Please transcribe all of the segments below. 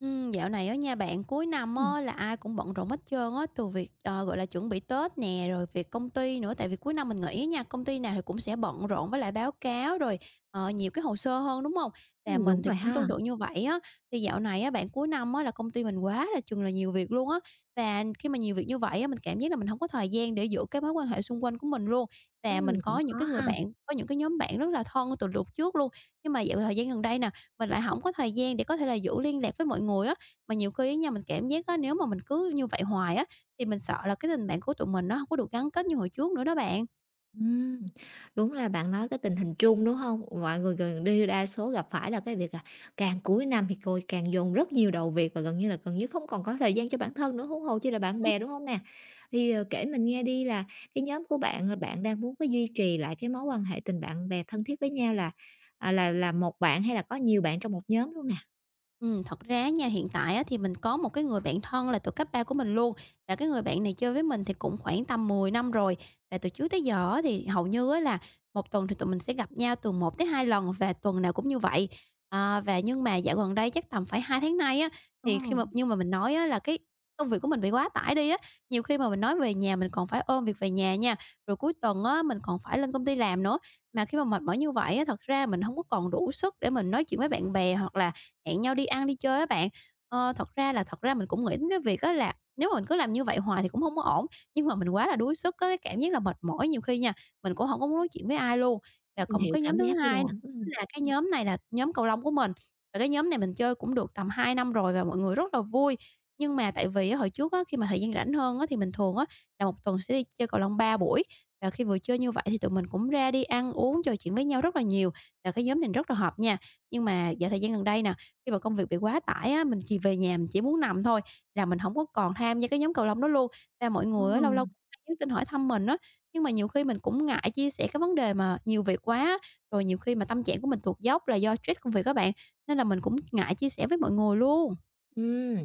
Dạo này á nha bạn, cuối năm Ừm, á là ai cũng bận rộn hết trơn á, từ việc, gọi là, chuẩn bị Tết nè, rồi việc công ty nữa, tại vì cuối năm mình nghỉ á nha, công ty nào thì cũng sẽ bận rộn với lại báo cáo rồi, nhiều cái hồ sơ hơn, đúng không? Và mình đúng thì rồi cũng ha. tương tự như vậy á, thì dạo này á bạn, cuối năm á là công ty mình quá là chừng là nhiều việc luôn á, và khi mà nhiều việc như vậy á, mình cảm giác là mình không có thời gian để giữ cái mối quan hệ xung quanh của mình luôn. Và mình Ừm, cũng có những khó cái người ha. bạn, có những cái nhóm bạn rất là thân từ lúc trước luôn, nhưng mà dạo thời gian gần đây nè, mình lại không có thời gian để có thể là giữ liên lạc với mọi người á. Mà nhiều khi á nha, mình cảm giác á, nếu mà mình cứ như vậy hoài á, thì mình sợ là cái tình bạn của tụi mình nó không có được gắn kết như hồi trước nữa đó bạn. Ừm, đúng là bạn nói cái tình hình chung, đúng hông? Mọi người gần như đa số gặp phải là cái việc là càng cuối năm thì côi càng dồn rất nhiều đầu việc và gần như không còn có thời gian cho bản thân nữa, huống hồ chi là bạn bè, đúng hông nè? Thì, kể mình nghe đi là cái nhóm của bạn là bạn đang muốn có duy trì lại cái mối quan hệ tình bạn bè thân thiết với nhau là một bạn hay là có nhiều bạn trong một nhóm luôn nè? Thật ra á nha, hiện tại á thì mình có một cái người bạn thân là từ cấp 3 của mình luôn, và cái người bạn này chơi với mình thì cũng khoảng tầm 10 năm rồi. Và từ trước tới giờ á thì hầu như á là một tuần thì tụi mình sẽ gặp nhau từ 1 tới 2 lần và tuần nào cũng như vậy. À, và nhưng mà dạo gần đây chắc tầm phải 2 tháng nay á, Ồ, thì khi mà nhưng mà mình nói á là cái công việc của mình bị quá tải đi á, nhiều khi mà mình nói về nhà mình còn phải ôm việc về nhà nha, rồi cuối tuần á mình còn phải lên công ty làm nữa. Mà khi mà mệt mỏi như vậy á, thật ra mình không có còn đủ sức để mình nói chuyện với bạn bè hoặc là hẹn nhau đi ăn, đi chơi á bạn. Ờ, thật ra mình cũng nghĩ đến cái việc á là nếu mà mình cứ làm như vậy hoài thì cũng không có ổn, nhưng mà mình quá là đuối sức, có cái cảm giác là mệt mỏi nhiều khi nha, mình cũng không có muốn nói chuyện với ai luôn. Và còn một hiểu cái cảm nhóm thứ giác của hai bạn. là cái nhóm này là nhóm cầu lông của mình, và cái nhóm này mình chơi cũng được tầm 2 năm rồi và mọi người rất là vui. Nhưng mà tại vì á hồi trước á, khi mà thời gian rảnh hơn á, thì mình thường á là một tuần sẽ đi chơi cầu lông 3 buổi, và khi vừa chơi như vậy thì tụi mình cũng ra đi ăn uống, trò chuyện với nhau rất là nhiều, và cái nhóm này rất là hợp nha. Nhưng mà dạo thời gian gần đây nè, khi mà công việc bị quá tải á, mình chỉ về nhà mình chỉ muốn nằm thôi, là mình hổng có còn tham gia cái nhóm cầu lông đó luôn. Và mọi Ồ. người á, lâu lâu cũng hay nhắn tin hỏi thăm mình á, nhưng mà nhiều khi mình cũng ngại chia sẻ cái vấn đề mà nhiều việc quá á, rồi nhiều khi mà tâm trạng của mình tuột dốc là do stress công việc á bạn, nên là mình cũng ngại chia sẻ với mọi người luôn. Ừm,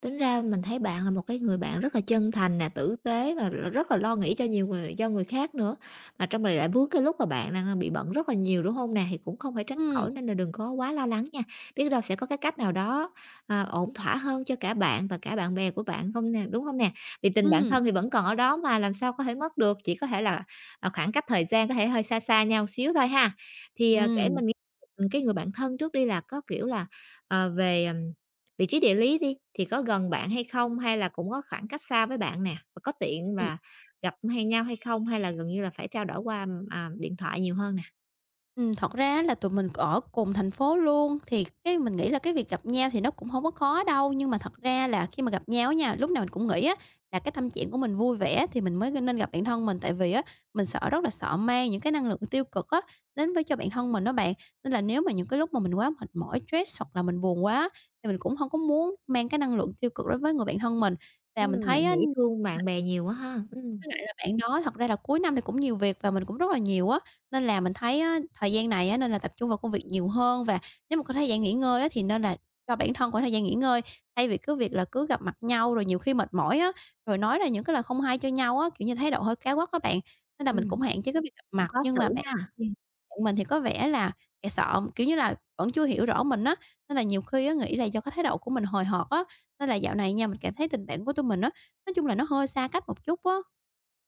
tính ra mình thấy bạn là một cái người bạn rất là chân thành nè, tử tế và rất là lo nghĩ cho nhiều người cho người khác nữa. Mà trong này lại vướng cái lúc mà bạn đang bị bận rất là nhiều, đúng không nè? Thì cũng không phải tránh Ừm, khỏi nên là đừng có quá lo lắng nha. Biết đâu sẽ có cái cách nào đó, ổn thỏa hơn cho cả bạn và cả bạn bè của bạn không nè, đúng không nè? Vì tình bạn ừm, thân thì vẫn còn ở đó mà, làm sao có thể mất được, chỉ có thể là, khoảng cách thời gian có thể hơi xa xa nhau xíu thôi ha. Thì, kể ừm, mình nghe cái người bạn thân trước đi là có, kiểu là, ờ, về, vị trí địa lý đi, thì có gần bạn hay không? Hay là cũng có khoảng cách xa với bạn nè? Và có tiện ừm. là gặp hay nhau hay không? Hay là gần như là phải trao đổi qua, điện thoại nhiều hơn nè? Thật ra là tụi mình ở cùng thành phố luôn, thì cái mình nghĩ là cái việc gặp nhau thì nó cũng không có khó đâu. Nhưng mà thật ra là khi mà gặp nhau á nha, lúc nào mình cũng nghĩ á là cái tâm trạng của mình vui vẻ thì mình mới nên gặp bạn thân mình. Tại vì á, mình sợ rất là sợ mang những cái năng lượng tiêu cực á, đến với cho bạn thân mình đó bạn. Nên là nếu mà những cái lúc mà mình quá mệt mỏi, stress hoặc là mình buồn quá thì mình cũng không có muốn mang cái năng lượng tiêu cực đó với người bạn thân mình. Và mình thấy Bạn á nghĩ thương bạn bè nhiều quá ha? Với lại là bạn đó thật ra là cuối năm thì cũng nhiều việc và mình cũng rất là nhiều á, nên là mình thấy á, thời gian này á, nên là tập trung vào công việc nhiều hơn và nếu mà có thời gian nghỉ ngơi á, thì nên là cho bản thân có thời gian nghỉ ngơi, thay vì cứ việc là cứ gặp mặt nhau rồi nhiều khi mệt mỏi á, rồi nói ra những cái lời không hay cho nhau á, kiểu như, thái độ hơi cáu gắt các bạn. Nên là mình ừm, cũng hạn chế cái việc gặp cũng mặt, có nhưng xử mà bạn ha. ừm, bạn mình thì có vẻ là e sợ, kiểu như là, vẫn chưa hiểu rõ mình á, nên là nhiều khi á, nghĩ là do cái thái độ của mình hời hợt á, nên là dạo này nha, mình cảm thấy tình bạn của tụi mình á, nói chung là nó hơi xa cách một chút á.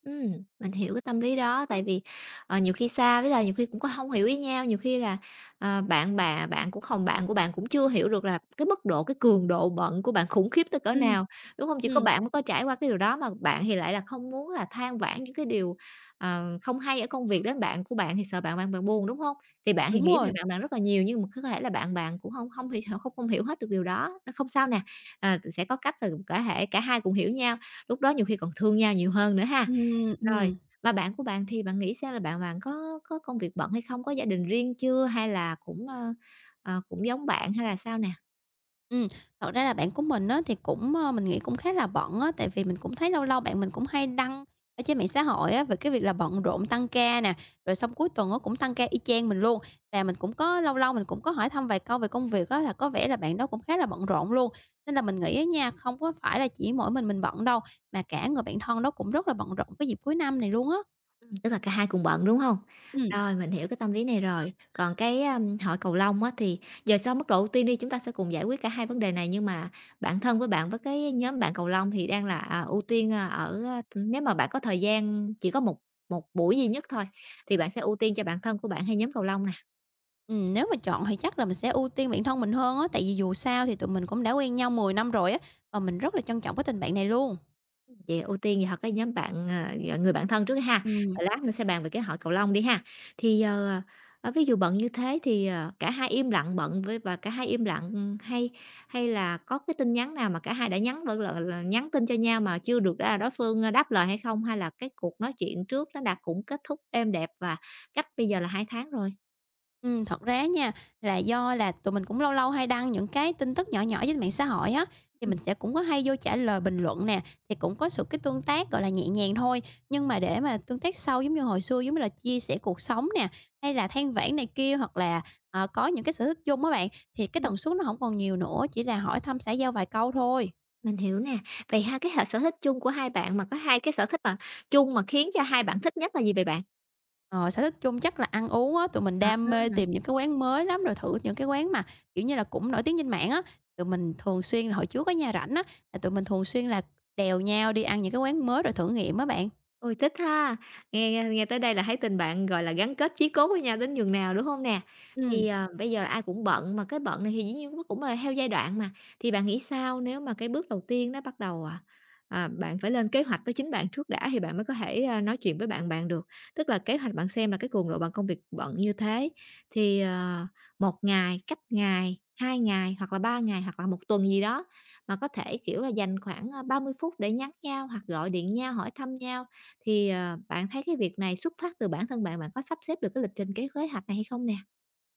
Ừm, mình hiểu cái tâm lý đó, tại vì, nhiều khi xa với là nhiều khi cũng có không hiểu ý nhau, nhiều khi là, bạn bà bạn cũng không bạn của bạn cũng chưa hiểu được là cái mức độ, cái cường độ bận của bạn khủng khiếp tới cỡ Ừm, nào, đúng không? Chỉ có ừm, bạn mới có trải qua cái điều đó, mà bạn thì lại là không muốn là than vãn những cái điều, không hay ở công việc đến bạn của bạn thì sợ bạn bạn bạn buồn, đúng không? Thì bạn thì đúng nghĩ về rồi. bạn bạn rất là nhiều, nhưng mà có thể là bạn bạn cũng không không hiểu không không hiểu hết được điều đó, nó không sao nè, sẽ có cách là cả hai cùng hiểu nhau, lúc đó nhiều khi còn thương nhau nhiều hơn nữa ha. Ừm, Rồi, ừm, mà bạn của bạn thì bạn nghĩ sao, là bạn bạn có công việc bận hay không? Có gia đình riêng chưa? Hay là cũng, cũng giống bạn hay là sao nè? ừm. Thật ra là bạn của mình á, thì cũng, ơ, mình nghĩ cũng khá là bận á, tại vì mình cũng thấy lâu lâu bạn mình cũng hay đăng ở trên mạng xã hội á, về cái việc là bận rộn tăng ca nè, rồi xong cuối tuần á cũng tăng ca y chang mình luôn. Và mình cũng có lâu lâu mình cũng có hỏi thăm vài câu về công việc á, là có vẻ là bạn đó cũng khá là bận rộn luôn. Nên là mình nghĩ á nha, không có phải là chỉ mỗi mình bận đâu, mà cả người bạn thân đó cũng rất là bận rộn cái dịp cuối năm này luôn á. Tức là cả hai cùng bận, đúng không? Ừm. Rồi, mình hiểu cái tâm lý này rồi. Còn cái, hỏi cầu lông á, thì giờ sau mức độ ưu tiên đi, chúng ta sẽ cùng giải quyết cả hai vấn đề này, nhưng mà bạn thân với bạn với cái nhóm bạn cầu lông thì đang là, à, ưu tiên, a, ở, a, nếu mà bạn có thời gian chỉ có một một buổi duy nhất thôi, thì bạn sẽ ưu tiên cho bạn thân của bạn hay nhóm cầu lông nè? Nếu mà chọn thì chắc là mình sẽ ưu tiên bản thân mình hơn á, tại vì dù sao thì tụi mình cũng đã quen nhau 10 năm rồi á, và mình rất là trân trọng cái tình bạn này luôn. Vậy ưu tiên thì học cái nhóm bạn, ờ, g người bạn thân trước đi ha, Ừm, rồi lát nữa sẽ bàn về cái hội cầu lông đi ha. Thì, giờ ví dụ bận như thế thì, cả hai im lặng, bận với và cả hai im lặng, hay hay là có cái tin nhắn nào mà cả hai đã nhắn vẫn là nhắn tin cho nhau mà chưa được ra đối phương, đáp lời hay không? Hay là cái cuộc nói chuyện trước nó đã cũng kết thúc êm đẹp và cách bây giờ là 2 tháng rồi? Thật ra nha, là do là tụi mình cũng lâu lâu hay đăng những cái tin tức nhỏ nhỏ trên mạng xã hội á, thì Ừm, mình sẽ cũng có hay vô trả lời bình luận nè, thì cũng có sự cái tương tác, gọi là, nhẹ nhàng thôi. Nhưng mà để mà tương tác sâu giống như hồi xưa, giống như là chia sẻ cuộc sống nè, hay là than vãn này kia, hoặc là, có những cái sở thích chung á bạn, thì cái ừm, tần suất nó không còn nhiều nữa, chỉ là hỏi thăm xã giao vài câu thôi. mình hiểu nè. Vậy ha, cái hệ sở thích chung của hai bạn mà có hai cái sở thích mà chung mà khiến cho hai bạn thích nhất là gì vậy bạn? Ờ, sở thích chung chắc là ăn uống á, tụi mình À. đam mê tìm những cái quán mới lắm, rồi thử những cái quán mà, kiểu như là, cũng nổi tiếng trên mạng á. Tụi mình thường xuyên là hồi trước ở nhà rảnh á, là tụi mình thường xuyên là đèo nhau đi ăn những cái quán mới rồi thử nghiệm á bạn. Ôi, thích ha! Nghe nghe nghe tới đây là thấy tình bạn, gọi là, gắn kết chí cốt với nhau đến nhường nào, đúng không nè? Thì, Ừm. Bây giờ ai cũng bận, mà cái bận này thì dĩ nhiên nó cũng là theo giai đoạn mà, thì bạn nghĩ sao nếu mà cái bước đầu tiên nó bắt đầu, bạn phải lên kế hoạch với chính bạn trước đã thì bạn mới có thể, nói chuyện với bạn bạn được. Tức là kế hoạch bạn xem là cái cường độ bạn công việc bận như thế, thì, 1 ngày, cách ngày, 2 ngày, hoặc là 3 ngày, hoặc là 1 tuần gì đó, mà có thể, kiểu là, dành khoảng, 30 phút để nhắn nhau hoặc gọi điện nhau, hỏi thăm nhau. Thì, bạn thấy cái việc này xuất phát từ bản thân bạn, bạn có sắp xếp được cái lịch trình, cái kế hoạch này hay không nè?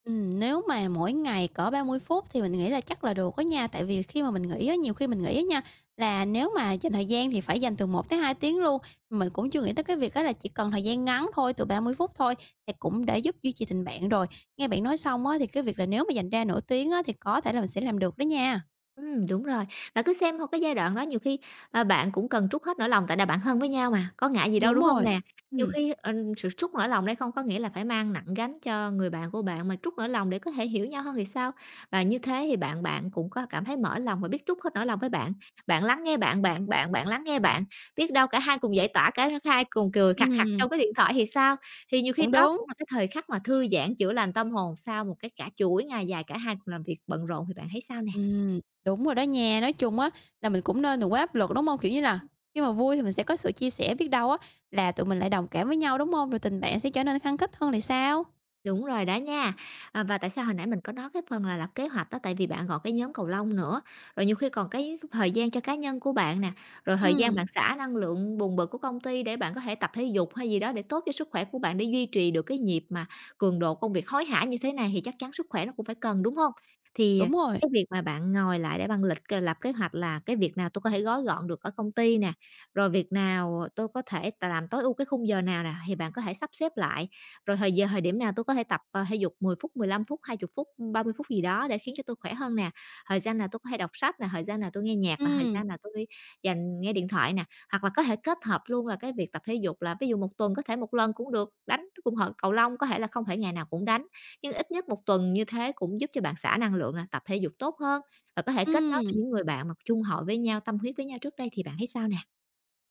Nếu mà mỗi ngày cỡ 30 phút thì mình nghĩ là chắc là được á nha, tại vì khi mà mình nghĩ á, nhiều khi mình nghĩ á nha, là nếu mà dành thời gian thì phải dành từ 1 tới 2 tiếng luôn. Mình cũng chưa nghĩ tới cái việc á là chỉ cần thời gian ngắn thôi, từ 30 phút thôi thì cũng để giúp duy trì tình bạn rồi. Nghe bạn nói xong á, thì cái việc là nếu mà dành ra nửa tiếng á, thì có thể là mình sẽ làm được đó nha. Đúng rồi. Và cứ xem thôi cái giai đoạn đó nhiều khi, bạn cũng cần trút hết nỗi lòng tại là bạn thân với nhau mà, có ngại gì đâu, Đúng đúng hông rồi. nè? Nhiều Ừm, khi, sự trút nỗi lòng đây không có nghĩa là phải mang nặng gánh cho người bạn của bạn, mà trút nỗi lòng để có thể hiểu nhau hơn thì sao? Và như thế thì bạn bạn cũng có cảm thấy mở lòng và biết trút hết nỗi lòng với bạn. Bạn lắng nghe bạn, bạn lắng nghe bạn, biết đâu cả hai cùng giải tỏa, cả hai cùng cười khặt khặt ừm, trong cái điện thoại thì sao? Thì nhiều khi cũng đó đúng. cũng là cái thời khắc mà thư giãn, chữa lành tâm hồn sau một cái cả chuỗi ngày dài cả hai cùng làm việc bận rộn thì bạn thấy sao nè? Ừm, đúng rồi đó nha. Nói chung á là mình cũng nên đừng quá áp lực, đúng không? Kiểu như là, khi mà vui thì mình sẽ có sự chia sẻ, biết đâu á là tụi mình lại đồng cảm với nhau, đúng không? Rồi tình bạn sẽ trở nên khăng khít hơn thì sao? Đúng rồi đó nha. À, và tại sao hồi nãy mình có nói cái phần là lập kế hoạch đó, tại vì bạn gọi cái nhóm cầu lông nữa, rồi nhiều khi còn cái thời gian cho cá nhân của bạn nè, rồi thời gian Ừm, bạn xả năng lượng bùng bực của công ty để bạn có thể tập thể dục hay gì đó để tốt cho sức khỏe của bạn, để duy trì được cái nhịp mà cường độ công việc hối hả như thế này thì chắc chắn sức khỏe nó cũng phải cần, đúng không? Thì, đúng rồi. cái việc mà bạn ngồi lại để bạn lập kế hoạch là cái việc nào tôi có thể gói gọn được ở công ty nè, rồi việc nào tôi có thể làm tối ưu cái khung giờ nào nè, thì bạn có thể sắp xếp lại rồi thời điểm nào tôi có thể tập, thể dục 10 phút, 15 phút, 20 phút, 30 phút gì đó để khiến cho tôi khỏe hơn nè. Thời gian nào tôi có thể đọc sách nè, thời gian nào tôi nghe nhạc nè, thời Ừm, gian nào tôi dành nghe điện thoại nè, hoặc là có thể kết hợp luôn là cái việc tập thể dục là ví dụ 1 tuần có thể một lần cũng được, đánh cùng cầu lông, có thể là không phải ngày nào cũng đánh, nhưng ít nhất 1 tuần như thế cũng giúp cho bạn xả năng lượng nè, tập thể dục tốt hơn và có thể kết nối với ừm. những người bạn mà chung hội với nhau, tâm huyết với nhau trước đây thì bạn thấy sao nè?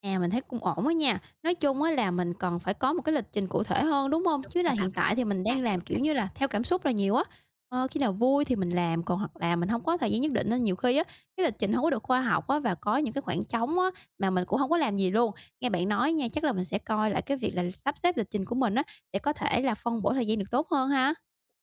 À, mình thấy cũng ổn á nha. Nói chung á là mình cần phải có một cái lịch trình cụ thể hơn, đúng không? Đúng Chứ là là bạn hiện phải xác tại thì định mình bạn đang trước. làm, kiểu như là, theo cảm xúc là nhiều á. Ờ, khi nào vui thì mình làm, còn hoặc là mình không có thời gian nhất định nên nhiều khi á, cái lịch trình không có được khoa học á và có những cái khoảng trống á mà mình cũng không có làm gì luôn. Nghe bạn nói nha, chắc là mình sẽ coi lại cái việc là sắp xếp lịch trình của mình á để có thể là phân bổ thời gian được tốt hơn ha.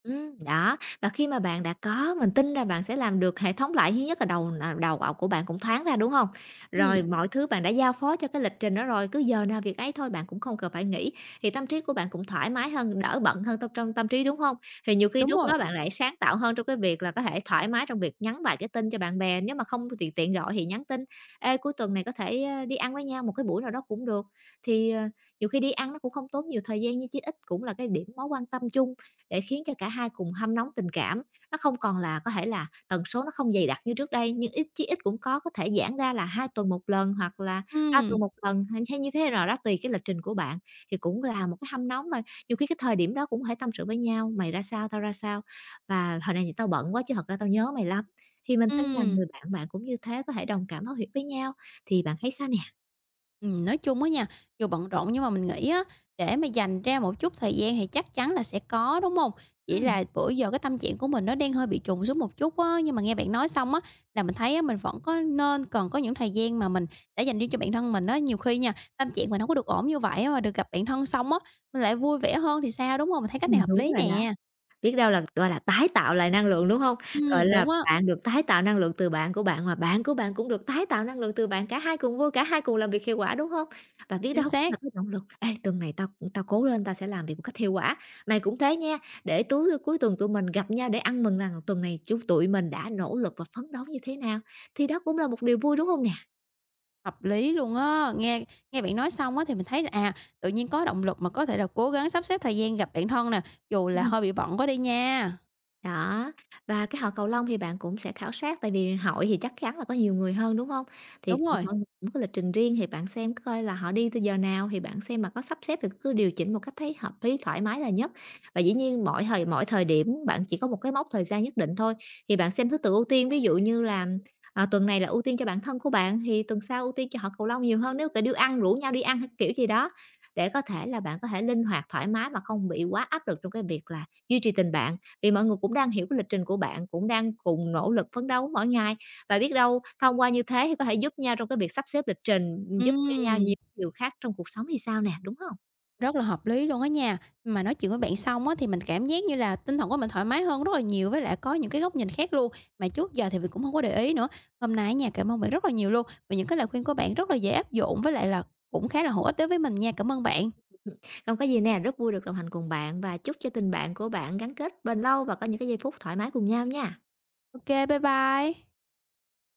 Đó, và khi mà bạn đã có mình tin là bạn sẽ làm được hệ thống lại, thứ nhất là đầu óc của bạn cũng thoáng ra, đúng không? Rồi Ừm, mọi thứ bạn đã giao phó cho cái lịch trình đó rồi, cứ giờ nào việc ấy thôi, bạn cũng không cần phải nghĩ, thì tâm trí của bạn cũng thoải mái hơn, đỡ bận hơn tâm trí, đúng không? Thì nhiều khi đúng lúc rồi. đó bạn lại sáng tạo hơn trong cái việc là có thể thoải mái trong việc nhắn vài cái tin cho bạn bè, nếu mà không tiện tiện gọi thì nhắn tin: "Ê, cuối tuần này có thể, đi ăn với nhau một cái buổi nào đó cũng được." Thì, nhiều khi đi ăn nó cũng không tốn nhiều thời gian nhưng chí ít cũng là cái điểm mối quan tâm chung để khiến cho cả hai cùng hâm nóng tình cảm. Nó không còn là có thể là tần số nó không dày đặc như trước đây, nhưng ít chí ít cũng có thể giãn ra là 2 tuần một lần hoặc là 3 Ừm, tuần một lần hay hay như thế nào đó, tùy cái lịch trình của bạn, thì cũng là một cái hâm nóng mà nhiều khi cái thời điểm đó cũng phải tâm sự với nhau: "Mày ra sao, tao ra sao, và hồi này thì tao bận quá chứ thật ra tao nhớ mày lắm." Thì mình tin rằng ừm. người bạn bạn cũng như thế, có thể đồng cảm thấu hiểu với nhau, thì bạn thấy sao nè? Nói chung á nha, dù bận rộn nhưng mà mình nghĩ á, để mà dành ra một chút thời gian thì chắc chắn là sẽ có, đúng không? Chỉ Ừm, là bữa giờ cái tâm trạng của mình nó đang hơi bị trùng xuống một chút á, nhưng mà nghe bạn nói xong á, là mình thấy á, mình vẫn có nên cần có những thời gian mà mình đã dành riêng cho bản thân mình á. Nhiều khi nha, tâm trạng mình hông có được ổn như vậy á, mà được gặp bạn thân xong á, mình lại vui vẻ hơn thì sao, đúng không? Mình thấy cách này hợp đúng lý rồi đó. nè. Biết đâu là, gọi là, tái tạo lại năng lượng, đúng hông? Gọi là, Đúng á, bạn được tái tạo năng lượng từ bạn của bạn, mà bạn của bạn cũng được tái tạo năng lượng từ bạn, cả hai cùng vui, cả hai cùng làm việc hiệu quả, đúng hông? Và biết chính đâu cũng xác. là cái động lực: "Ê, tuần này tao tao cố lên, tao sẽ làm việc một cách hiệu quả. Mày cũng thế nha, để túi cuối tuần tụi mình gặp nhau để ăn mừng rằng tuần này chúng tụi mình đã nỗ lực và phấn đấu như thế nào." Thì đó cũng là một điều vui, đúng hông nè? Hợp lý luôn á, nghe nghe bạn nói xong á thì mình thấy là, à, tự nhiên có động lực mà có thể là cố gắng sắp xếp thời gian gặp bạn thân nè, dù là hơi bị bận quá đi nha. Đó, và cái họ cầu lông thì bạn cũng sẽ khảo sát, tại vì hội thì chắc chắn là có nhiều người hơn, đúng hông? Thì Đúng cũng rồi, mỗi người cũng có lịch trình riêng, thì bạn xem coi là họ đi từ giờ nào thì bạn xem mà có sắp xếp thì cứ điều chỉnh một cách thấy hợp lý, thoải mái là nhất. Và dĩ nhiên mỗi thời điểm bạn chỉ có một cái mốc thời gian nhất định thôi, thì bạn xem thứ tự ưu tiên, ví dụ như là, tuần này là ưu tiên cho bản thân của bạn, thì tuần sau ưu tiên cho họ cầu lông nhiều hơn, nếu cả đi ăn, rủ nhau đi ăn hay kiểu gì đó, để có thể là bạn có thể linh hoạt thoải mái mà không bị quá áp lực trong cái việc là duy trì tình bạn vì mọi người cũng đang hiểu cái lịch trình của bạn, cũng đang cùng nỗ lực phấn đấu mỗi ngày và biết đâu thông qua như thế thì có thể giúp nhau trong cái việc sắp xếp lịch trình, giúp cho nhau ừm, nhiều điều khác trong cuộc sống thì sao nè, đúng không? rất là hợp lý luôn á nha. Mà nói chuyện với bạn xong á thì mình cảm giác như là tinh thần của mình thoải mái hơn rất là nhiều, với lại có những cái góc nhìn khác luôn, mà trước giờ thì mình cũng không có để ý nữa. Hôm nay á nha, cảm ơn bạn rất là nhiều luôn, vì những cái lời khuyên của bạn rất là dễ áp dụng với lại là cũng khá là hữu ích đối với mình nha. Cảm ơn bạn. Ừm, không có gì nè, rất vui được đồng hành cùng bạn và chúc cho tình bạn của bạn gắn kết bền lâu và có những cái giây phút thoải mái cùng nhau nha. OK, bye bye.